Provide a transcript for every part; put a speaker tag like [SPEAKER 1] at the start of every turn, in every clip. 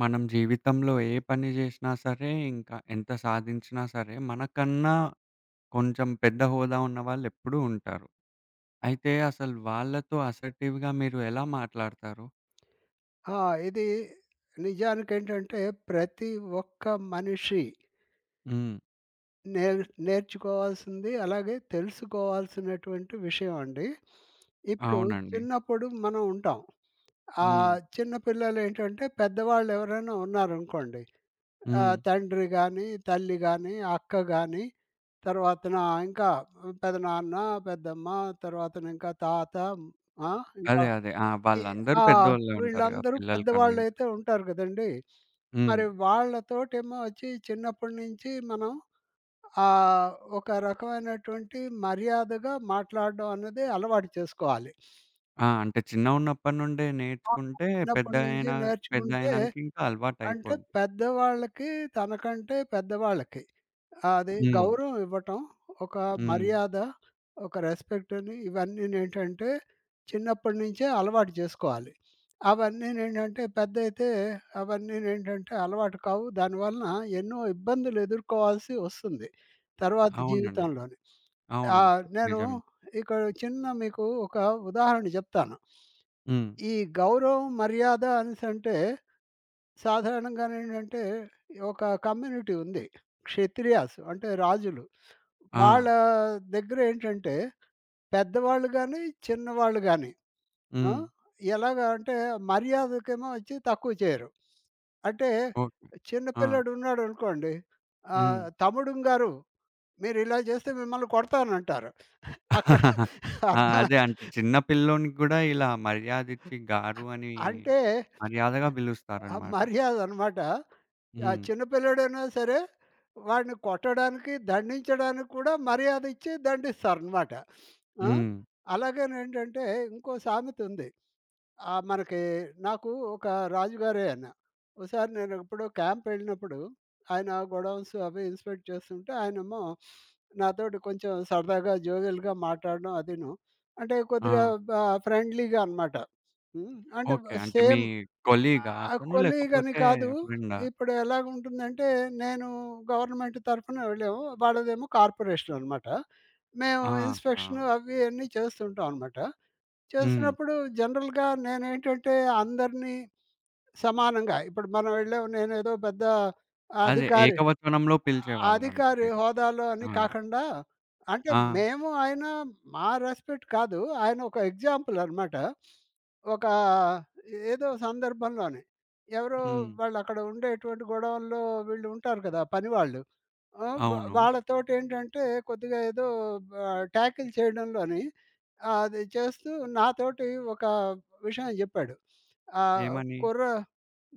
[SPEAKER 1] మనం జీవితంలో ఏ పని జేసినా సరే, ఇంకా ఎంత సాధించినా సరే, మనకన్నా కొంచెం పెద్ద హోదా ఉన్న వాళ్ళెప్పుడూ ఉంటారు. అయితే అసలు వాళ్ళతో అసర్టివ్‌గా మీరు ఎలా మాట్లాడతారు?
[SPEAKER 2] ఆ! ఇది నిజానికేంటంటే ప్రతి ఒక్క మనిషి
[SPEAKER 1] హ్మ్.
[SPEAKER 2] నేర్చుకోవాల్సింది, అలాగే తెలుసుకోవాల్సినటువంటి విషయం అండి. ఇప్పుడు
[SPEAKER 1] అవునండి.
[SPEAKER 2] చిన్నప్పుడు మనం ఉంటాం.
[SPEAKER 1] హ్మ్.
[SPEAKER 2] చిన్న పిల్లలేంటంటే పెద్దవాళ్ళు ఎవరైనా ఉన్నారనుకోండి.
[SPEAKER 1] హ్మ్.
[SPEAKER 2] తండ్రి గాని, తల్లి గాని, అక్క గాని, తర్వాతన ఇంకా పెదనాన్న, పెద్దమ్మ తర్వాతన ఇంకా తాత, ఆ! ఇంకా
[SPEAKER 1] అదే అదే. ఆ!
[SPEAKER 2] ఈ
[SPEAKER 1] వాళ్ళందరూ
[SPEAKER 2] ఆ!
[SPEAKER 1] పెద్దోళ్ళే ఉంటారుగా
[SPEAKER 2] వీళ్ళందరూ
[SPEAKER 1] పిల్లల కన్నా.
[SPEAKER 2] పెద్దవాళ్ళైతే ఉంటారు గదండీ!
[SPEAKER 1] హ్మ్.
[SPEAKER 2] మరి వాళ్ళతోటేమో వచ్చి చిన్నప్పటి నుంచి మనం ఆహ్, ఒక రకమైనటువంటి మర్యాదగా మాట్లాడడం అన్నది అలవాటు చేసుకోవాలి.
[SPEAKER 1] ఆ! అంటే చిన్నగున్నప్పటి నుండే
[SPEAKER 2] అవును.
[SPEAKER 1] నేర్చుకుంటే
[SPEAKER 2] చిన్నప్పటి నుంచి
[SPEAKER 1] పెద్దయినా
[SPEAKER 2] నేర్చుకుంటే
[SPEAKER 1] పెద్దయినంక ఇంకా
[SPEAKER 2] అంటే
[SPEAKER 1] అలవాటయిపోద్ది.
[SPEAKER 2] తనకంటే పెద్దవాళ్ళకి అది
[SPEAKER 1] హ్మ్.
[SPEAKER 2] గౌరవం ఇవ్వటం, ఒక
[SPEAKER 1] హ్మ్.
[SPEAKER 2] మర్యాద, ఒక రెస్పెక్టని ఇవన్నీనేంటంటే చిన్నప్పటి నుంచే అలవాటు చేసుకోవాలి. అవన్నీనేంటంటే పెద్దయితే అవన్నీనేంటంటే అలవాటు కావు. దానివలన ఎన్నో ఇబ్బందులు ఎదుర్కోవాల్సి వస్తుంది తర్వాత
[SPEAKER 1] అవునండి.
[SPEAKER 2] జీవితంలోని.
[SPEAKER 1] అవును.
[SPEAKER 2] నేను
[SPEAKER 1] నిజమే.
[SPEAKER 2] ఇక్కడ చిన్న మీకు ఒక ఉదాహరణ జెప్తాను.
[SPEAKER 1] హ్మ్.
[SPEAKER 2] ఈ గౌరవం, మర్యాద అనేసంటే సాధారణంగా ఏంటంటే, ఒక కమ్యూనిటీ ఉంది. క్షత్రియాస్ అంటే రాజులు.
[SPEAKER 1] ఆ!
[SPEAKER 2] వాళ్ళ దగ్గరేంటంటే, పెద్దవాళ్ళు గాని, చిన్నవాళ్ళు గాని ఆ!
[SPEAKER 1] హ్మ్.
[SPEAKER 2] ఎలాగా అంటే మర్యాదకేమో వచ్చి తక్కువ చేయరు. అంటే
[SPEAKER 1] ఓకే.
[SPEAKER 2] చిన్న
[SPEAKER 1] ఆ!
[SPEAKER 2] పిల్లాడు ఉన్నాడనుకోండి,
[SPEAKER 1] హ్మ్.
[SPEAKER 2] "తమ్ముడుంగారు మీరిలా చేస్తే మిమ్మల్ని కొడతానంటారు." అక్కడ
[SPEAKER 1] ఆ!
[SPEAKER 2] అర్థం
[SPEAKER 1] అదే అంటే చిన్న పిల్లోనికి గూడా ఇలా మర్యాదిచ్చి గారు అని
[SPEAKER 2] అంటే
[SPEAKER 1] మర్యాదగా
[SPEAKER 2] ఆ
[SPEAKER 1] పిలుస్తారనమాట.
[SPEAKER 2] మర్యాదనమాట. ఆ
[SPEAKER 1] హ్మ్.
[SPEAKER 2] చిన్న పిల్లోడైనా సరే, వాడిని కొట్టడానికి, దండించడానికి కూడా మర్యాద ఇచ్చి దండిస్తారనమాట. ఆ!
[SPEAKER 1] హ్మ్.
[SPEAKER 2] అలాగేనేంటంటే ఇంకో సామెతుంది. ఆహ్, మనకి నాకు ఒక రాజుగారే ఆయన. ఓసారి నేను ఎప్పుడో క్యాంప్ వెళ్ళినప్పుడు, ఆయన గోడౌన్స్ అవి ఇన్స్‌పెక్ట్ చేస్తుంటే, ఆయనేమో నాతోటి కొంచెం సరదాగా, జోవెల్‌గా మాట్లాడడం అదీను. అంటే
[SPEAKER 1] ఆ!
[SPEAKER 2] కొద్దిగా బ ఫ్రెండ్లీగా అనమాట. హ్మ్. అంటే
[SPEAKER 1] ఓకే. అంటే మీ
[SPEAKER 2] సేమ్
[SPEAKER 1] కొలీగా
[SPEAKER 2] ఆ!
[SPEAKER 1] అతను?
[SPEAKER 2] కొలీగని
[SPEAKER 1] లేకపోతే
[SPEAKER 2] కాదు.
[SPEAKER 1] ఫ్రెండా?
[SPEAKER 2] ఇప్పుడు ఎలాగుంటుందంటే, నేను గవర్నమెంట్ తరఫున వెళ్ళాము. వాళ్ళదేమో కార్పొరేషన్ అనమాట. మేము
[SPEAKER 1] ఆహా!
[SPEAKER 2] ఇన్స్‌పెక్షన్ అవి అన్నీ చేస్తుంటాం అనమాట.
[SPEAKER 1] హ్మ్.
[SPEAKER 2] చేస్తున్నప్పుడు జనరల్‌గా నేనేంటంటే, అందరినీ సమానంగా ఇప్పుడు మనం వెళ్ళాం నేనేదో పెద్ద
[SPEAKER 1] అదే
[SPEAKER 2] అధికారి
[SPEAKER 1] ఏకవచనంలో పిలిచేవాళ్ళంట
[SPEAKER 2] అధికారి
[SPEAKER 1] మీరు.
[SPEAKER 2] హోదాలో అని
[SPEAKER 1] ఆ!
[SPEAKER 2] కాకుండా అంటే
[SPEAKER 1] ఆ!
[SPEAKER 2] మేము ఆయన మా రెస్పెక్ట్ కాదు. ఆయన ఒక ఎగ్జాంపుల్ అన్నమాట. ఒక ఏదో సందర్భంలోని ఎవరో
[SPEAKER 1] హ్మ్.
[SPEAKER 2] వాళ్ళు అక్కడ ఉండేటువంటి గోడౌన్‌లో వీళ్ళు ఉంటారు కదా! పనివాళ్ళు. ఆ! అవును.
[SPEAKER 1] అవును.
[SPEAKER 2] వాళ్ళతోటేంటంటే కొద్దిగా ఏదో టాకిల్ చేయడంలోని అది చేస్తూ నాతోటి ఒక విషయం చెప్పాడు. ఆహ్,
[SPEAKER 1] ఏమని?
[SPEAKER 2] కుర్ర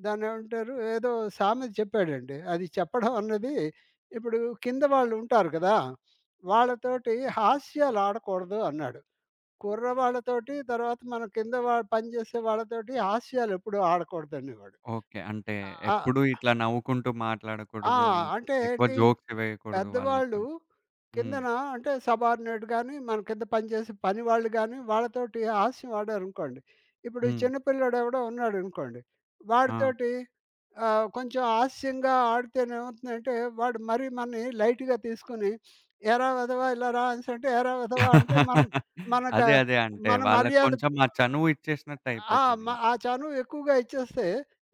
[SPEAKER 2] దాన్నేమంటారు ఏదో సామెత చెప్పాడండి. అది చెప్పడం అన్నది ఇప్పుడు కింద వాళ్ళు ఉంటారు కదా! వాళ్ళతోటి హాస్యాలు ఆడకూడదు అన్నాడు. కుర్రవాళ్ళతోటి తర్వాత మన కింద పనిచేసే వాళ్ళతోటి హాస్యాలెప్పుడు ఆడకూడదనేవాడు.
[SPEAKER 1] ఓకే. అంటే
[SPEAKER 2] ఆహ్, ఆ!
[SPEAKER 1] ఎప్పుడు ఇట్లా నవ్వుకుంటూ
[SPEAKER 2] ఆ!
[SPEAKER 1] మాట్లాడకూడదు.
[SPEAKER 2] ఆ,
[SPEAKER 1] ఇంకా
[SPEAKER 2] అంటే
[SPEAKER 1] ఎక్కువ
[SPEAKER 2] ఏంటి?
[SPEAKER 1] జోక్స్ వేయకూడదు
[SPEAKER 2] పెద్దవాళ్ళు
[SPEAKER 1] వాళ్ళతోని. హ్మ్.
[SPEAKER 2] కిందన అంటే సబార్డినేట్ గాని, మన కింద పనిచేసే పనివాళ్ళు గాని, వాళ్ళతోటి హాస్యం ఆడారనుకోండి. ఇప్పుడు ఈ
[SPEAKER 1] హ్మ్.
[SPEAKER 2] చిన్న పిల్లోడెవడో ఉన్నాడనుకోండి.
[SPEAKER 1] ఆ!
[SPEAKER 2] వాడితోటి కొంచెం హాస్యంగా ఆడితేనేమవుతుందంటే, వాడు మరీ మనని లైట్‌గా తీసుకొని, "ఏరా వెధవా ఇలా రా" అనేసంటే, "ఏరా వెధవా" అంటే మనం మన గ
[SPEAKER 1] అదే అదే. అంటే
[SPEAKER 2] మన
[SPEAKER 1] వాళ్ళకి
[SPEAKER 2] మర్యాద
[SPEAKER 1] కొంచెం ఆ చనువు ఇచ్చేసినట్టు
[SPEAKER 2] ఆ! మ
[SPEAKER 1] అయిపోతదింక.
[SPEAKER 2] ఆ చనువు ఎక్కువగా ఇచ్చేస్తే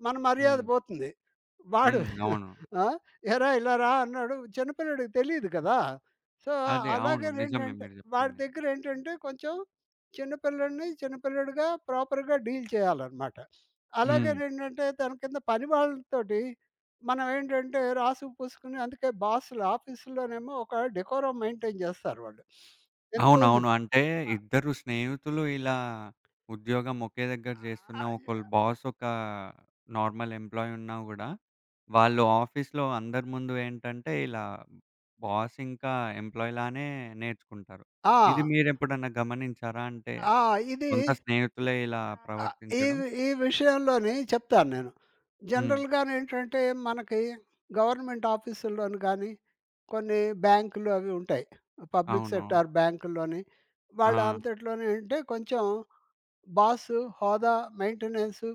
[SPEAKER 2] మన మర్యాద
[SPEAKER 1] హ్మ్.
[SPEAKER 2] పోతుంది. వాడు
[SPEAKER 1] హ్మ్. అవును.
[SPEAKER 2] ఆ! "ఏరా ఇలా రా" అన్నాడు. చిన్నపిల్లాడికి తెలీదు కదా! సో,
[SPEAKER 1] అదే. అవును. నిజమే
[SPEAKER 2] అలాగేనేంటంటే
[SPEAKER 1] మీరు
[SPEAKER 2] వాడి
[SPEAKER 1] చెప్పింది.
[SPEAKER 2] దగ్గరేంటంటే కొంచెం చిన్నపిల్లాడిగా ప్రాపర్‌గా డీల్ చేయాలనమాట.
[SPEAKER 1] హ్మ్.
[SPEAKER 2] అలాగేనేంటంటే తన కింద పని వాళ్ళతోటి మనం ఏంటంటే రాసుకు పూసుకుని అందుకే బాసులు ఆఫీసుల్లోనేమో ఒక డెకోరం మెయింటైన్ చేస్తారు వాళ్ళు. ఎందుకోసం
[SPEAKER 1] అవునవును. అంటే
[SPEAKER 2] ఆ!
[SPEAKER 1] ఇద్దరు స్నేహితులు ఇలా ఉద్యోగం ఒకే దగ్గర చేస్తున్న ఒకళ్ళు బాస్, ఒక నార్మల్ ఎంప్లాయీ ఉన్నా గూడా, వాళ్ళు ఆఫీస్‌లో అందరి ముందు ఏంటంటే ఇలా బాస్ ఇంకా ఎంప్లాయీ లానే నేర్చుకుంటారు. ఇది
[SPEAKER 2] ఆ!
[SPEAKER 1] మీరెప్పుడన్నా గమనించారా? అంటే
[SPEAKER 2] ఆ! ఇది
[SPEAKER 1] సొంత స్నేహితులే ఇలా
[SPEAKER 2] ఆ! ఈ
[SPEAKER 1] ప్రవర్తించడం?
[SPEAKER 2] వి ఈ విషయంలోని చెప్తాను నేను.
[SPEAKER 1] హ్మ్.
[SPEAKER 2] జనరల్‌గానేంటంటే మనకి గవర్నమెంట్ ఆఫీసుల్లోని గానీ, కొన్ని బ్యాంకులు అవి ఉంటాయి. పబ్లిక్
[SPEAKER 1] అవును.
[SPEAKER 2] సెక్టార్ బ్యాంకుల్లోని వాళ్ళ
[SPEAKER 1] ఆ!
[SPEAKER 2] అంతట్లోనే అంటే కొంచెం బాసు, హోదా, మెయింటెనెన్సు,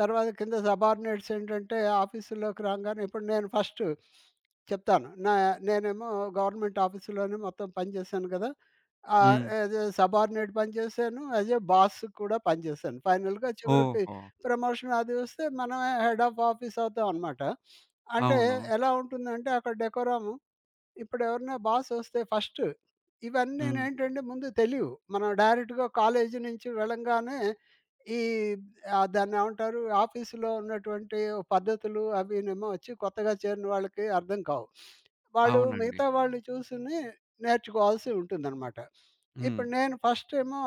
[SPEAKER 2] తర్వాత కింద సబార్డినేట్స్ ఏంటంటే ఆఫీసుల్లోకి రాంగానే ఇప్పుడు నేను ఫస్టు చెప్తాను. నేనేమో గవర్నమెంట్ ఆఫీసులోనే మొత్తం పనిచేశాను కదా!
[SPEAKER 1] హ్మ్.
[SPEAKER 2] యాజ్ ఎ సబార్డినేట్ పనిచేశాను. యాజ్ ఎ బాస్ కూడా పనిచేశాను. ఫైనల్‌గా చివరికి
[SPEAKER 1] ఓహో!
[SPEAKER 2] ప్రమోషన్ అది వస్తే మనమే హెడ్ ఆఫ్ ఆఫీస్ అవుతామనమాట. అంటే
[SPEAKER 1] అవును.
[SPEAKER 2] ఎలా ఉంటుందంటే అక్కడ డెకోరము ఇప్పుడెవరైనా బాసొస్తే ఫస్ట్
[SPEAKER 1] హ్మ్.
[SPEAKER 2] ఇవన్నీనేంటంటే ముందు తెలీవు. మనం డైరెక్ట్‌గా కాలేజీ నుంచి వెళ్ళంగానే ఈ దాన్నేమంటారు? ఆఫీసులో ఉన్నటువంటి పద్ధతులు అవినేమో వచ్చి కొత్తగా చేరిన వాళ్ళకి అర్థం కావు. వాళ్ళు
[SPEAKER 1] అవునండి.
[SPEAKER 2] మిగతా వాళ్ళు చూసుని నేర్చుకోవాల్సి ఉంటుందనమాట.
[SPEAKER 1] హ్మ్.
[SPEAKER 2] ఇప్పుడు నేను ఫస్టేమో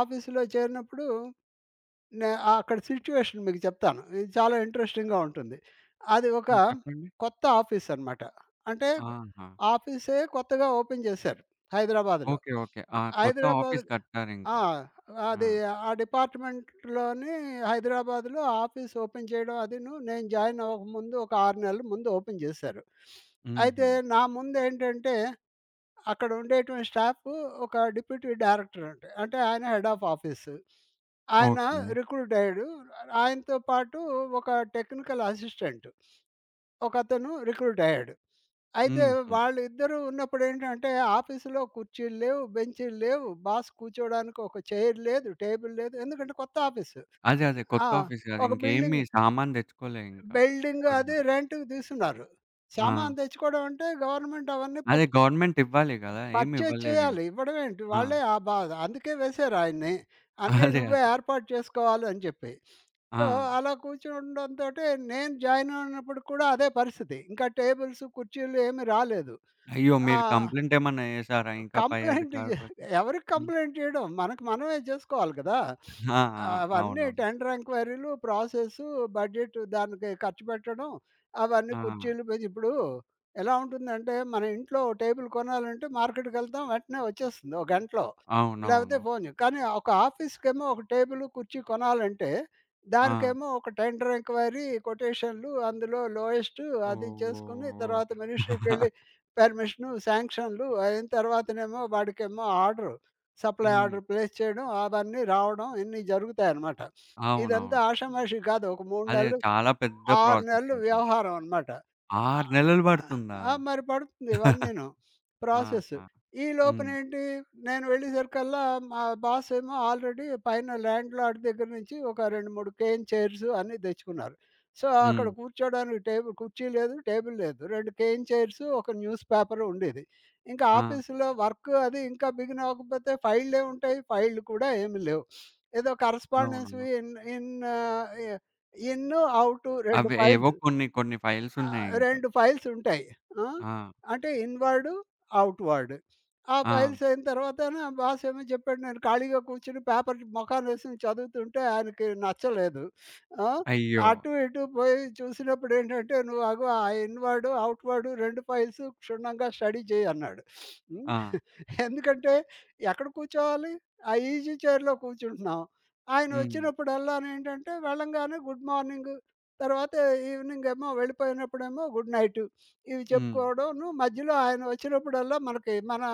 [SPEAKER 2] ఆఫీసులో చేరినప్పుడు నే ఆ అక్కడ సిట్యుయేషన్ మీకు చెప్తాను. ఇది చాలా ఇంట్రెస్టింగ్‌గా ఉంటుంది. అది ఒక
[SPEAKER 1] హ్మ్. చెప్పండి.
[SPEAKER 2] కొత్త ఆఫీస్ అనమాట. అంటే
[SPEAKER 1] ఆహా!
[SPEAKER 2] ఆఫీసే కొత్తగా ఓపెన్ చేశారు హైదరాబాద్‌లో.
[SPEAKER 1] ఓకే. ఓకే. ఆ! కొత్త
[SPEAKER 2] హైదరాబాద్
[SPEAKER 1] ఆఫీస్
[SPEAKER 2] ఆ!
[SPEAKER 1] కట్టారింకా. ఆ!
[SPEAKER 2] అది ఆ డిపార్ట్‌మెంట్‌లోని హైదరాబాద్‌లో ఆఫీస్ ఓపెన్ చేయడం అదీను నేను జాయిన్ అవ్వకముందు ఒక 6 నెలల ముందు ఓపెన్ చేశారు. అయితే
[SPEAKER 1] హుహు.
[SPEAKER 2] నా ముందేంటంటే అక్కడ ఉండేటువంటి స్టాఫ్ ఒక డిప్యూటీ డైరెక్టర్ అంటే అంటే ఆయన హెడ్ ఆఫ్ ఆఫీస్. ఆయన
[SPEAKER 1] ఓకే.
[SPEAKER 2] రిక్రూట్ అయ్యాడు. ఆయనతో పాటు ఒక టెక్నికల్ అసిస్టెంట్ ఒకతను రిక్రూట్ అయ్యాడు. అయితే
[SPEAKER 1] హుహు.
[SPEAKER 2] వాళ్ళిద్దరూ ఉన్నప్పుడేంటంటే ఆఫీస్‌లో కుర్చీలు లేవు, బెంచీలు లేవు. బాస్ కూర్చోవడానికి ఒక చైర్ లేదు, టేబుల్ లేదు. ఎందుకంటే కొత్త ఆఫీసు.
[SPEAKER 1] అదే అదే.
[SPEAKER 2] ఆ!
[SPEAKER 1] కొత్త ఆఫీస్ కాదు.
[SPEAKER 2] ఒక
[SPEAKER 1] ఇంకేమి
[SPEAKER 2] బిల్డింగ్
[SPEAKER 1] సామాను తెచ్చుకోలే ఇంకా.
[SPEAKER 2] బిల్డింగ్
[SPEAKER 1] ఎవ్వరు
[SPEAKER 2] అది
[SPEAKER 1] గూడా.
[SPEAKER 2] రెంట్‌కి తీసుకున్నారు.
[SPEAKER 1] ఆ!
[SPEAKER 2] సామాను తెచ్చుకోవడం అంటే గవర్నమెంట్ అవన్నీ
[SPEAKER 1] అదే గవర్నమెంట్ ఇవ్వాలి గదా! ఏమి
[SPEAKER 2] పర్చేజ్ చేయాలి.
[SPEAKER 1] ఇవ్వలేదింకా.
[SPEAKER 2] ఇవ్వడం ఏంటి?
[SPEAKER 1] ఆ!
[SPEAKER 2] వాళ్ళే ఆ బాధ. అందుకే వేశారు ఆయన్ని. అన్నీ
[SPEAKER 1] అదే
[SPEAKER 2] నువ్వే
[SPEAKER 1] అదే.
[SPEAKER 2] ఏర్పాటు చేసుకోవాలి అని చెప్పి.
[SPEAKER 1] ఆ!
[SPEAKER 2] సో, అలా కూర్చుండంతోటి నేను జాయిన్ అయినప్పుడు కూడా అదే పరిస్థితి. ఇంకా టేబుల్స్, కుర్చీలు ఏమి రాలేదు.
[SPEAKER 1] అయ్యో!
[SPEAKER 2] ఆ!
[SPEAKER 1] మీరు కంప్లెయింట్ ఏమన్నా చేసారా ఇంకా పై
[SPEAKER 2] కంప్లెయింట్ జే
[SPEAKER 1] అధికారులకి?
[SPEAKER 2] ఎవరికి
[SPEAKER 1] హ్మ్.
[SPEAKER 2] కంప్లెయింట్ చేయడం? మనకు మనమే చేసుకోవాలి కదా!
[SPEAKER 1] ఆ! ఆ!
[SPEAKER 2] అవన్నీ
[SPEAKER 1] అవునవును.
[SPEAKER 2] టెండర్ ఎంక్వైరీలు, ప్రాసెసు, బడ్జెట్ దానికి ఖర్చు పెట్టడం, అవన్నీ
[SPEAKER 1] ఆ!
[SPEAKER 2] కుర్చీల మీద ఇప్పుడు ఎలా ఉంటుందంటే, మన ఇంట్లో ఓ టేబుల్ కొనాలంటే మార్కెట్‌కెళ్తాం వెంటనే వచ్చేస్తుంది ఓ గంటలో. లేకపోతే
[SPEAKER 1] అవునవును.
[SPEAKER 2] ఫోను చే కానీ ఒక ఆఫీస్‌కేమో ఒక టేబుల్, కుర్చీ కొనాలంటే,
[SPEAKER 1] ఆ!
[SPEAKER 2] దానికేమో ఒక టెండర్ ఎంక్వైరీ, కొటేషన్‌లు అందులో లోయెస్ట్ అది చేసుకొని తర్వాత
[SPEAKER 1] ఓహ్!
[SPEAKER 2] మినిస్ట్రీకెళ్ళి పర్మిషను, శాంక్షన్‌లు అయిన తర్వాతనేమో వాడికేమో ఆర్డరు. సప్లై
[SPEAKER 1] హ్మ్.
[SPEAKER 2] ఆర్డర్ ప్లేస్ చేయడం, అవన్నీ రావడం ఇన్ని జరుగుతాయనమాట. ఇదంతా
[SPEAKER 1] అవునవును.
[SPEAKER 2] ఆషామాషీ కాదు. ఒక 3
[SPEAKER 1] అదే
[SPEAKER 2] నెలలు,
[SPEAKER 1] చాలా పెద్ద
[SPEAKER 2] 6
[SPEAKER 1] ప్రాసెస్
[SPEAKER 2] నెలలు
[SPEAKER 1] ఇంకా.
[SPEAKER 2] వ్యవహారం అనమాట. ఆ!
[SPEAKER 1] 6 నెలలు
[SPEAKER 2] ఆ!
[SPEAKER 1] పడుతుందా?
[SPEAKER 2] ఆ! మరి పడుతుంది ఇవన్నీను. ప్రాసెస్.
[SPEAKER 1] ఆహా!
[SPEAKER 2] ఈ
[SPEAKER 1] హ్మ్.
[SPEAKER 2] లోపునేంటి నేను వెళ్ళేసరికల్లా మా బాస్ ఏమో ఆల్రెడీ పైన ల్యాండ్‌లార్డ్ దగ్గర నుంచి ఒక 2, 3 కేన్ చైర్స్ అన్నీ తెచ్చుకున్నారు. సో, అక్కడ
[SPEAKER 1] హ్మ్.
[SPEAKER 2] కూర్చోడానికి టేబుల్ కుర్చీ లేదు, టేబుల్ లేదు. 2 కేన్ చైర్స్, ఒక న్యూస్ పేపర్ ఉండేది. ఇంకా
[SPEAKER 1] ఆ!
[SPEAKER 2] ఆఫీస్‌లో వర్క్ అది ఇంకా బిగిన్ అవ్వకపోతే ఫైళ్ళే ఉంటాయి. ఫైళ్ళు కూడా ఏమి లేవు. ఏదో
[SPEAKER 1] అవును.
[SPEAKER 2] కరస్పాండెన్స్‌వి in in ah, in, out 2
[SPEAKER 1] అవి ఏవో
[SPEAKER 2] ఫైల్స్.
[SPEAKER 1] కొన్ని కొన్ని ఫైల్స్
[SPEAKER 2] ఆ!
[SPEAKER 1] ఉన్నాయి ఇంకా.
[SPEAKER 2] 2 ఫైల్స్ ఉంటాయి. ఆ!
[SPEAKER 1] ఆ!
[SPEAKER 2] అంటే ఇన్‌వర్డ్, అవుట్‌వర్డ్. ఆ
[SPEAKER 1] ఆ!
[SPEAKER 2] ఫైల్స్ అయిన తర్వాతన బాస్ ఏమో చెప్పాడు నేను ఖాళీగా కూర్చొని పేపర్ మొఖానేసుకొని చదువుతుంటే ఆయనకి నచ్చలేదు. ఆ!
[SPEAKER 1] అయ్యో!
[SPEAKER 2] అటు ఇటు పోయి చూసినప్పుడు ఏంటంటే, "నువ్వు అగో ఆ ఇన్‌వర్డ్, అవుట్‌వర్డ్ 2 ఫైల్స్ క్షుణ్ణంగా స్టడీ చెయ్యి" అన్నాడు.
[SPEAKER 1] ఆ!
[SPEAKER 2] ఎందుకంటే ఎక్కడ కూర్చోవాలి? ఆ ఈజీ చైర్‌లో కూర్చుంటున్నాం. ఆయన
[SPEAKER 1] హ్మ్.
[SPEAKER 2] వచ్చినప్పుడల్లాను ఏంటంటే వెళ్ళంగానే గుడ్ మార్నింగ్, తర్వాత ఈవినింగ్ ఏమో వెళ్ళిపోయినప్పుడేమో గుడ్ నైట్ ఇవి
[SPEAKER 1] హ్మ్.
[SPEAKER 2] చెప్పుకోవడంను మధ్యలో ఆయన వచ్చినప్పుడల్లా మనకి మన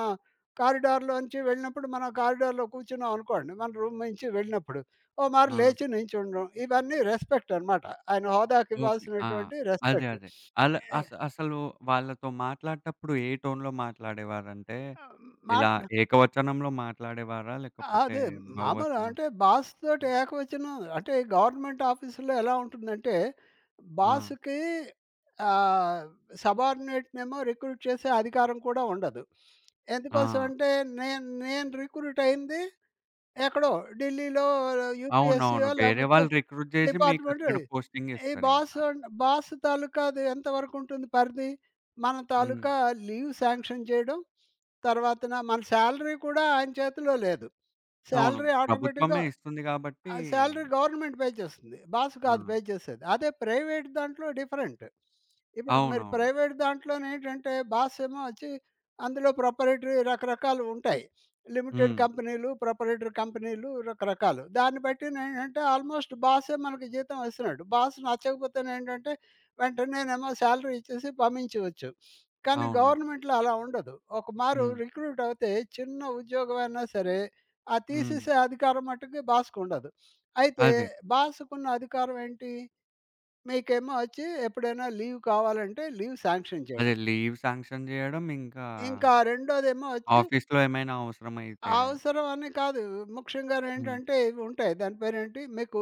[SPEAKER 2] కారిడార్‌లోంచి వెళ్ళినప్పుడు మనం కారిడార్‌లో కూర్చున్నాం అనుకోండి. మన రూమ్ నుంచి వెళ్ళినప్పుడు. ఓ మారు
[SPEAKER 1] ఆ!
[SPEAKER 2] లేచి నించుండడం. ఇవన్నీ రెస్పెక్ట్ అనమాట. ఆయన హోదాకి
[SPEAKER 1] ఓకే. ఆ!
[SPEAKER 2] ఇవ్వాల్సినటువంటి
[SPEAKER 1] అదే
[SPEAKER 2] రెస్పెక్ట్.
[SPEAKER 1] అదే. అలా
[SPEAKER 2] ఏ
[SPEAKER 1] అసలు వాళ్ళతో మాట్లాడేటప్పుడు ఏ టోన్‌లో మాట్లాడేవారంటే,
[SPEAKER 2] ఆహ్, మాట
[SPEAKER 1] ఇలా ఏకవచనంలో మాట్లాడేవారా? లేకపోతే
[SPEAKER 2] అదే. మామూలు
[SPEAKER 1] బహువచనం?
[SPEAKER 2] అంటే బాస్ తోటి ఏకవచనం అంటే గవర్నమెంట్ ఆఫీసులో ఎలా ఉంటుందంటే,
[SPEAKER 1] ఆ!
[SPEAKER 2] బాస్‌కి ఆహ్, సబార్డినేట్‌నేమో రిక్రూట్ చేసే అధికారం కూడా ఉండదు. ఎందుకోసం
[SPEAKER 1] ఆ!
[SPEAKER 2] అంటే నేను నేను రిక్రూట్ అయింది ఎక్కడో ఢిల్లీలో
[SPEAKER 1] అవునవును.
[SPEAKER 2] యూపీఎస్సీయో
[SPEAKER 1] వేరే
[SPEAKER 2] లేకపోతే
[SPEAKER 1] వాళ్ళు రిక్రూట్ జేసి
[SPEAKER 2] డిపార్ట్మెంట్.
[SPEAKER 1] మీకక్కడ పోస్టింగ్
[SPEAKER 2] ఈ బాస్
[SPEAKER 1] ఇస్తారింకా.
[SPEAKER 2] అండ్ బాస్ తాలూకా అది ఎంతవరకు ఉంటుంది పరిధి? మన
[SPEAKER 1] హ్మ్.
[SPEAKER 2] తాలూకా లీవ్ శాంక్షన్ చేయడం తర్వాతన మన సాలరీ కూడా ఆయన చేతిలో లేదు.
[SPEAKER 1] అవును.
[SPEAKER 2] సాలరీ ఆటోమేటిక్‌గా
[SPEAKER 1] ప్రభుత్వమే ఇస్తుంది గాబట్టి
[SPEAKER 2] ఆ సాలరీ గవర్నమెంట్ పే చేస్తుంది. బాస్
[SPEAKER 1] ఆ!
[SPEAKER 2] కాదు పే చేసేది. అదే ప్రైవేట్ దాంట్లో డిఫరెంట్. ఇప్పుడు మీరు
[SPEAKER 1] అవునవును.
[SPEAKER 2] ప్రైవేట్ దాంట్లోనేంటంటే బాస్ ఏమో వచ్చి అందులో ప్రొపరేటరీ రకరకాలు ఉంటాయి. లిమిటెడ్
[SPEAKER 1] హ్మ్.
[SPEAKER 2] కంపెనీలు, ప్రొపరేటరీ కంపెనీలు రకరకాలు. దాన్ని బట్టినేంటంటే ఆల్‌మోస్ట్ బాసే మనకి జీతం ఇస్తున్నాడు. బాస్ నచ్చకపోతేనేంటంటే వెంటనేనేమో సాలరీ ఇచ్చేసి పంపించవచ్చు. కానీ
[SPEAKER 1] అవును.
[SPEAKER 2] గవర్నమెంట్‌లో అలా ఉండదు. ఒకమారు
[SPEAKER 1] హ్మ్.
[SPEAKER 2] రిక్రూట్ అవుతే చిన్న ఉద్యోగమైనా సరే, ఆ
[SPEAKER 1] హ్మ్.
[SPEAKER 2] తీసేసే అధికారం మట్టుకి బాస్‌కుండదు. అయితే
[SPEAKER 1] అదే.
[SPEAKER 2] బాస్‌కున్న అధికారం ఏంటి? మీకేమో వచ్చి ఎప్పుడైనా లీవ్ కావాలంటే లీవ్ శాంక్షన్
[SPEAKER 1] అదే
[SPEAKER 2] చేయడం.
[SPEAKER 1] లీవ్ శాంక్షన్ జేయడం, ఇంకా
[SPEAKER 2] ఇంకా రెండోదేమో వచ్చి
[SPEAKER 1] ఆఫీస్‌లో ఏమైనా అవసరమైతే
[SPEAKER 2] అవసరం అని కాదు.
[SPEAKER 1] హ్మ్.
[SPEAKER 2] ముఖ్యంగానేంటంటే ఇవి ఉంటాయి. దాని పేరేంటి? మీకు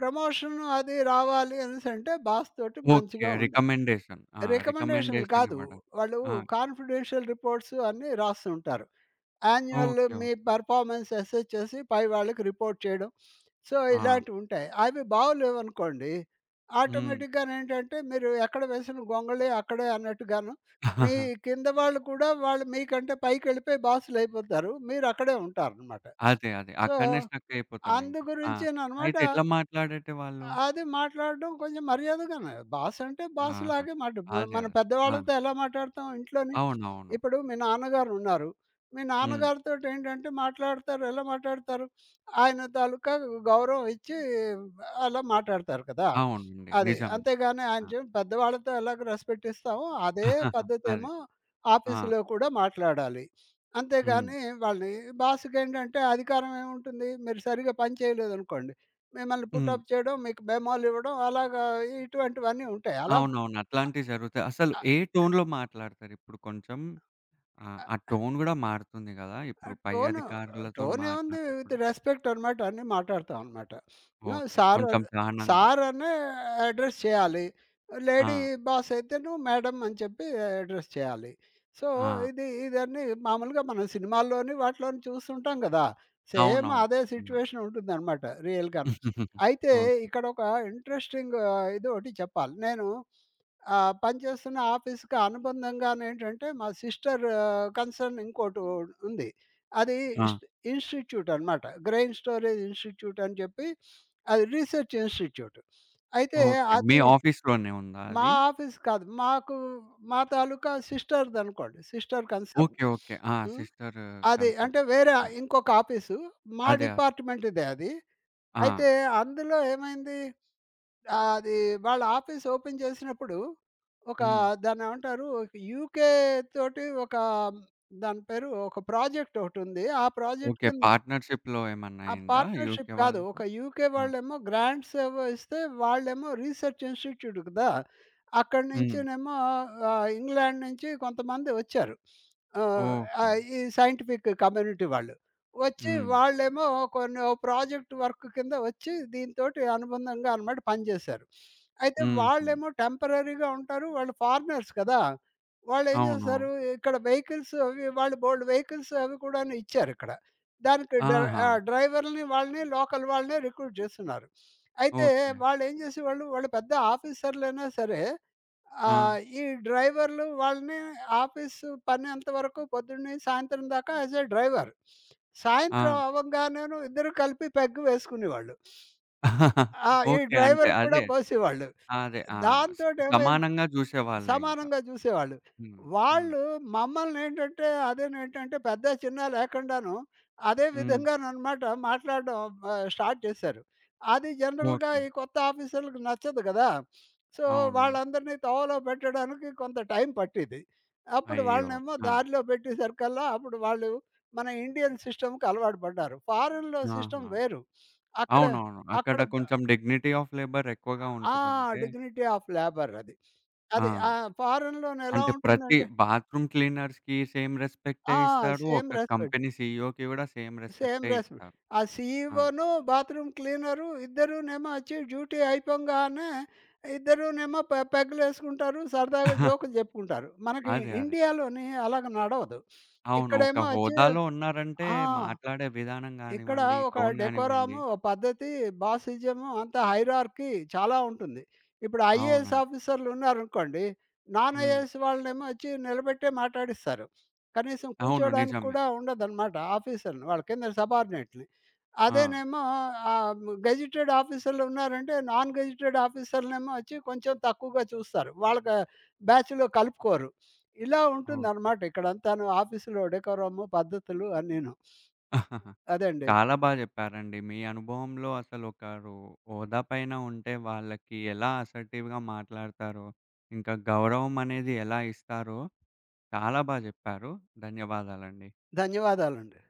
[SPEAKER 2] ప్రమోషన్ అది రావాలి అనేసంటే బాస్ తోటి
[SPEAKER 1] ఓకే.
[SPEAKER 2] మంచిగా ఉండాలి.
[SPEAKER 1] రికమెండేషన్. ఆ!
[SPEAKER 2] రికమెండేషన్‌లు
[SPEAKER 1] రికమెండేషన్
[SPEAKER 2] కాదు.
[SPEAKER 1] ఇవ్వడానికి.
[SPEAKER 2] వాళ్ళు
[SPEAKER 1] ఆ!
[SPEAKER 2] కాన్ఫిడెన్షియల్ రిపోర్ట్స్ అన్నీ రాస్తుంటారు. Annual
[SPEAKER 1] okay.
[SPEAKER 2] మీ
[SPEAKER 1] ఓకే.
[SPEAKER 2] పెర్ఫార్మన్స్ అసెస్ చేసి పై వాళ్ళకి రిపోర్ట్ చేయడం. సో,
[SPEAKER 1] ఆ!
[SPEAKER 2] ఇలాంటివుంటాయి. అవి బాగోలేవనుకోండి,
[SPEAKER 1] హ్మ్.
[SPEAKER 2] ఆటోమేటిక్‌గా నేంటంటే మీరు ఎక్కడ వేసిన గొంగళి అక్కడే అన్నట్టుగాను, మీ కింద వాళ్ళు కూడా వాళ్ళు మీకంటే పైకెళ్ళిపోయి బాసులయిపోతారు. మీరక్కడే ఉంటారనమాట.
[SPEAKER 1] అదే అదే.
[SPEAKER 2] సో,
[SPEAKER 1] అక్కడనే స్ట్రక్ అయిపోతామింక.
[SPEAKER 2] అందు
[SPEAKER 1] ఆ!
[SPEAKER 2] గురించేననమాట
[SPEAKER 1] అయితే ఎట్లా మాట్లాడేటివాళ్ళు?
[SPEAKER 2] అది మాట్లాడడం కొంచెం మర్యాదగానే. బాస్ అంటే బాస్
[SPEAKER 1] ఆహా!
[SPEAKER 2] లాగే మాట మ
[SPEAKER 1] అదే అదే.
[SPEAKER 2] మన
[SPEAKER 1] ఆ!
[SPEAKER 2] పెద్దవాళ్ళతో ఎలా మాట్లాడతాం ఇంట్లోని.
[SPEAKER 1] అవునవును.
[SPEAKER 2] ఇప్పుడు మీ నాన్నగారున్నారు. మీ
[SPEAKER 1] హ్మ్.
[SPEAKER 2] నాన్నగారితోటి ఏంటంటే మాట్లాడతారు. ఎలా మాట్లాడతారు? ఆయన తాలూకా గౌరవం ఇచ్చి అలా మాట్లాడతారు కదా!
[SPEAKER 1] అవునండి.
[SPEAKER 2] అది.
[SPEAKER 1] నిజమే.
[SPEAKER 2] అంతేగాని ఆయన
[SPEAKER 1] ఆ!
[SPEAKER 2] చే పెద్దవాళ్ళతో ఎలాగ రెస్పెక్ట్ ఇస్తామో అదే
[SPEAKER 1] అదే.
[SPEAKER 2] పద్ధతేమో
[SPEAKER 1] ఆ!
[SPEAKER 2] ఆఫీసులో కూడా మాట్లాడాలి.
[SPEAKER 1] హ్మ్.
[SPEAKER 2] అంతేగాని వాళ్ళని బాస్‌కేంటంటే అధికారం ఏముంటుంది? మీరు సరిగ్గా పని చేయలేదనుకోండి మిమ్మల్ని
[SPEAKER 1] హ్మ్.
[SPEAKER 2] పుటప్ చేయడం, మీకు మెమోలు ఇవ్వడం అలాగా ఇటువంటివన్నీ ఉంటాయి. అలా
[SPEAKER 1] అవునవును. అట్లాంటివి జరుగుతాయి. అసలు
[SPEAKER 2] ఆ!
[SPEAKER 1] ఏ టోన్‌లో మాట్లాడతారిప్పుడు కొంచెం? ఆ! ఆ టోన్ గూడా మారుతుంది గదా!
[SPEAKER 2] ఆ!
[SPEAKER 1] ఇప్పుడు పై
[SPEAKER 2] టోను
[SPEAKER 1] అధికారులతోని
[SPEAKER 2] టోనేముంది విత్
[SPEAKER 1] మాట్లాడేటప్పుడు.
[SPEAKER 2] రెస్పెక్ట్ అనమాట అన్నీ మాట్లాడతాం అనమాట. ఆ!
[SPEAKER 1] ఓకే.
[SPEAKER 2] సార్
[SPEAKER 1] కొంచెం
[SPEAKER 2] అన్
[SPEAKER 1] గానంగా.
[SPEAKER 2] సార్ అనే అడ్రెస్ చేయాలి. లేడీ
[SPEAKER 1] ఆ!
[SPEAKER 2] బాస్ అయితేను మేడమ్ అని చెప్పి అడ్రెస్ చేయాలి. సో,
[SPEAKER 1] ఆ!
[SPEAKER 2] ఇదన్నీ మామూలుగా మనం సినిమాల్లోని వాటిలోని చూస్తుంటాం గదా! సేమ్
[SPEAKER 1] అవునవును.
[SPEAKER 2] అదే
[SPEAKER 1] హ్మ్.
[SPEAKER 2] సిట్యుయేషన్ ఉంటుందనమాట రియల్‌గాను. అయితే
[SPEAKER 1] ఓకే.
[SPEAKER 2] ఇక్కడ ఒక ఇంట్రెస్టింగ్ ఇదోటి చెప్పాలి. నేను పనిచేస్తున్న ఆఫీస్‌కి అనుబంధంగానేంటంటే మా సిస్టర్ కన్సర్న్ ఇంకోటి ఉంది. అది
[SPEAKER 1] ఆ!
[SPEAKER 2] ఇస్ ఇన్‌స్టిట్యూట్ అనమాట. గ్రెయిన్ స్టోరేజ్ ఇన్‌స్టిట్యూట్ అని చెప్పి అది రీసెర్చ్ ఇన్‌స్టిట్యూట్. అయితే
[SPEAKER 1] ఓకే. మీ
[SPEAKER 2] అది
[SPEAKER 1] ఆఫీస్‌లోనే ఉందా
[SPEAKER 2] మా
[SPEAKER 1] అది?
[SPEAKER 2] ఆఫీస్ కాదు. మాకు మా తాలూకా సిస్టర్‌దనుకోండి. Sister concern.
[SPEAKER 1] ఓకే. ఓకే. ఆ!
[SPEAKER 2] హ్మ్.
[SPEAKER 1] సిస్టర్
[SPEAKER 2] అది
[SPEAKER 1] కన్సల్ట్.
[SPEAKER 2] అంటే వేరే ఇంకొక ఆఫీసు. మా
[SPEAKER 1] అదే అదే.
[SPEAKER 2] డిపార్ట్‌మెంట్‌దే అది.
[SPEAKER 1] ఆ!
[SPEAKER 2] అయితే అందులో ఏమైంది అది వాళ్ళ ఆఫీస్ ఓపెన్ చేసినప్పుడు ఒక
[SPEAKER 1] హ్మ్.
[SPEAKER 2] దాన్నేమంటారు యూకే తోటి ఒక దాని పేరు ఒక ప్రాజెక్ట్ ఒకటుంది. ఆ ప్రాజెక్ట్
[SPEAKER 1] ఓకే.
[SPEAKER 2] కింద
[SPEAKER 1] పార్ట్‌నర్‌షిప్‌లో ఏమన్నా
[SPEAKER 2] ఆ!
[SPEAKER 1] అయిందా
[SPEAKER 2] పార్ట్నర్‌షిప్
[SPEAKER 1] యూకే
[SPEAKER 2] కాదు.
[SPEAKER 1] వాళ్ళతో?
[SPEAKER 2] ఒక యూకే
[SPEAKER 1] ఆ!
[SPEAKER 2] వాళ్ళేమో గ్రాంట్స్ ఏవో ఇస్తే వాళ్ళేమో రీసెర్చ్ ఇన్‌స్టిట్యూట్ కదా! అక్కడి
[SPEAKER 1] హ్మ్.
[SPEAKER 2] నుంచినేమో ఇంగ్లాండ్ నుంచి కొంతమంది వచ్చారు. ఆహ్,
[SPEAKER 1] ఓహో!
[SPEAKER 2] ఆహ్, ఈ సైంటిఫిక్ కమ్యూనిటీ వాళ్ళు. వచ్చి
[SPEAKER 1] హ్మ్.
[SPEAKER 2] వాళ్ళేమో కొన్ని ఓ ప్రాజెక్ట్ వర్క్ కింద వచ్చి దీనితోటి అనుబంధంగా అనమాట పనిచేశారు. అయితే
[SPEAKER 1] హుహు.
[SPEAKER 2] వాళ్ళేమో టెంపరరీగా ఉంటారు. వాళ్ళు ఫారినర్స్ కదా! వాళ్ళేం
[SPEAKER 1] అవును.
[SPEAKER 2] చేస్తారు ఇక్కడ వెహికల్స్ అవి వాళ్ళు బోలెడు వెహికల్స్ అవి కూడాను ఇచ్చారిక్కడ. దానికి డ
[SPEAKER 1] ఆహా!
[SPEAKER 2] డ్రైవర్‌లని వాళ్ళని, లోకల్ వాళ్ళని రిక్రూట్ చేస్తున్నారు. అయితే
[SPEAKER 1] ఓకే.
[SPEAKER 2] వాళ్ళేం చేసేవాళ్ళు, వాళ్ళు పెద్ద ఆఫీసర్‌లైనా సరే,
[SPEAKER 1] ఆ!
[SPEAKER 2] ఈ డ్రైవర్లు వాళ్ళని ఆఫీసు పని అంతవరకు పొద్దున్న నుంచి సాయంత్రం దాకా యాజ్ ఎ డ్రైవర్. సాయంత్రం
[SPEAKER 1] ఆ!
[SPEAKER 2] అవ్వంగానేను ఇద్దరు కలిపి పెగ్ వేసుకునేవాళ్ళు. ఈ
[SPEAKER 1] ఓకే. అంటే
[SPEAKER 2] డ్రైవర్‌కి కూడా
[SPEAKER 1] అదే
[SPEAKER 2] పోసేవాళ్ళు.
[SPEAKER 1] అదే. ఆ! స
[SPEAKER 2] దాంతోటేమైంది
[SPEAKER 1] సమానంగా జూసేవాళ్ళే ఇంకా.
[SPEAKER 2] సమానంగా చూసేవాళ్ళు.
[SPEAKER 1] హ్మ్. హ్మ్.
[SPEAKER 2] వాళ్ళు మమ్మల్నేంటంటే అదేనేంటంటే పెద్ద చిన్న లేకుండాను అదే
[SPEAKER 1] హ్మ్.
[SPEAKER 2] విధంగాననమాట మాట్లాడడం స్టార్ట్ చేశారు. అది జనరల్‌గా
[SPEAKER 1] ఓకే.
[SPEAKER 2] ఈ కొత్త ఆఫీసర్‌లకి నచ్చదు గదా! సో,
[SPEAKER 1] అవును.
[SPEAKER 2] వాళ్ళందరినీ తోవలో పెట్టడానికి కొంత టైం పట్టిద్ది. అప్పుడు
[SPEAKER 1] అయ్యో!
[SPEAKER 2] వాళ్ళనేమో
[SPEAKER 1] ఆ!
[SPEAKER 2] దారిలో పెట్టేసరికల్లా అప్పుడు వాళ్ళు మన ఇండియన్ సిస్టమ్‌కి అలవాటు పడ్డారు. ఫారెన్‌లో సిస్టమ్
[SPEAKER 1] ఆహా!
[SPEAKER 2] వేరు. అక్కడ
[SPEAKER 1] అవునవును. అక్కడ
[SPEAKER 2] అక్కడ
[SPEAKER 1] కొంచెం డిగ్నిటీ ఆఫ్ లేబర్ ఎక్కువగా
[SPEAKER 2] ఆ!
[SPEAKER 1] ఉంటదంటే
[SPEAKER 2] డిగ్నిటీ ఆఫ్ లేబర్ అది.
[SPEAKER 1] ఆ!
[SPEAKER 2] అది ఫారెన్‌లోని ఎలా
[SPEAKER 1] అంటే ప్రతి
[SPEAKER 2] ఉంటుందంటే
[SPEAKER 1] బాత్రూమ్ క్లీనర్స్‌కి సేమ్ రెస్పెక్టే
[SPEAKER 2] ఆ!
[SPEAKER 1] ఇస్తారు.
[SPEAKER 2] సేమ్
[SPEAKER 1] ఒక
[SPEAKER 2] రెస్పెక్ట్.
[SPEAKER 1] కంపెనీ సీఈఓకి గూడా సేమ్
[SPEAKER 2] సేమ్
[SPEAKER 1] రెస్పెక్టే
[SPEAKER 2] రెస్పెక్ట్.
[SPEAKER 1] ఇస్తారు.
[SPEAKER 2] ఆ
[SPEAKER 1] ఆ!
[SPEAKER 2] సీఈఓను, బాత్రూమ్ క్లీనరు ఇద్దరూనేమో వచ్చి డ్యూటీ అయిపోంగానే ఇద్దరూనేమో పెగ్గులేసుకుంటారు. సరదాగా జోకులు చెప్పుకుంటారు. మనకి
[SPEAKER 1] అదే అదే.
[SPEAKER 2] ఇండియాలోని అలాగ నడవదు.
[SPEAKER 1] అవును. ఒక
[SPEAKER 2] ఇక్కడేమో వచ్చి
[SPEAKER 1] హోదాలో ఉన్నారంటే
[SPEAKER 2] ఆ!
[SPEAKER 1] మాట్లాడే విధానం
[SPEAKER 2] ఇక్కడ
[SPEAKER 1] గానివ్వండి,
[SPEAKER 2] ఒక
[SPEAKER 1] టోన్ గానివ్వండి.
[SPEAKER 2] డెకోరాము, ఓ పద్ధతి, బాసిజము అంతా హైరార్కీ చాలా ఉంటుంది. ఇప్పుడు ఐఏఎస్
[SPEAKER 1] అవునండి.
[SPEAKER 2] ఆఫీసర్‌లున్నారనుకోండి, నాన్
[SPEAKER 1] హ్మ్.
[SPEAKER 2] ఐఏఎస్ వాళ్ళనేమో వచ్చి నిలబెట్టే మాట్లాడిస్తారు. కనీసం
[SPEAKER 1] అవును.
[SPEAKER 2] కూర్చోడానికి
[SPEAKER 1] నిజమే.
[SPEAKER 2] కూడా ఉండదనమాట ఆఫీసర్‌ని. వాళ్ళ కింద సబార్డినేట్‌ని.
[SPEAKER 1] ఆ!
[SPEAKER 2] అదేనేమో ఆహ్, గెజిటెడ్ ఆఫీసర్‌లున్నారంటే, నాన్ గెజిటెడ్ ఆఫీసర్‌నేమో వచ్చి కొంచెం తక్కువగా చూస్తారు. వాళ్ళకి బ్యాచ్‌లో కలుపుకోరు. ఇలా
[SPEAKER 1] ఓకే.
[SPEAKER 2] ఉంటుందనమాట ఇక్కడంతాను ఆఫీసులో డెకోరము, పద్ధతులు అన్నీను. అదండి.
[SPEAKER 1] చాలా బా జెప్పారండి. మీ అనుభవంలో అసలొకరు హోదా పైన ఉంటే వాళ్ళకి ఎలా అసర్టివ్‌గా మాట్లాడతారో, ఇంకా గౌరవం అనేది ఎలా ఇస్తారో చాలా బా జెప్పారు. ధన్యవాదాలండి.
[SPEAKER 2] ధన్యవాదాలండి.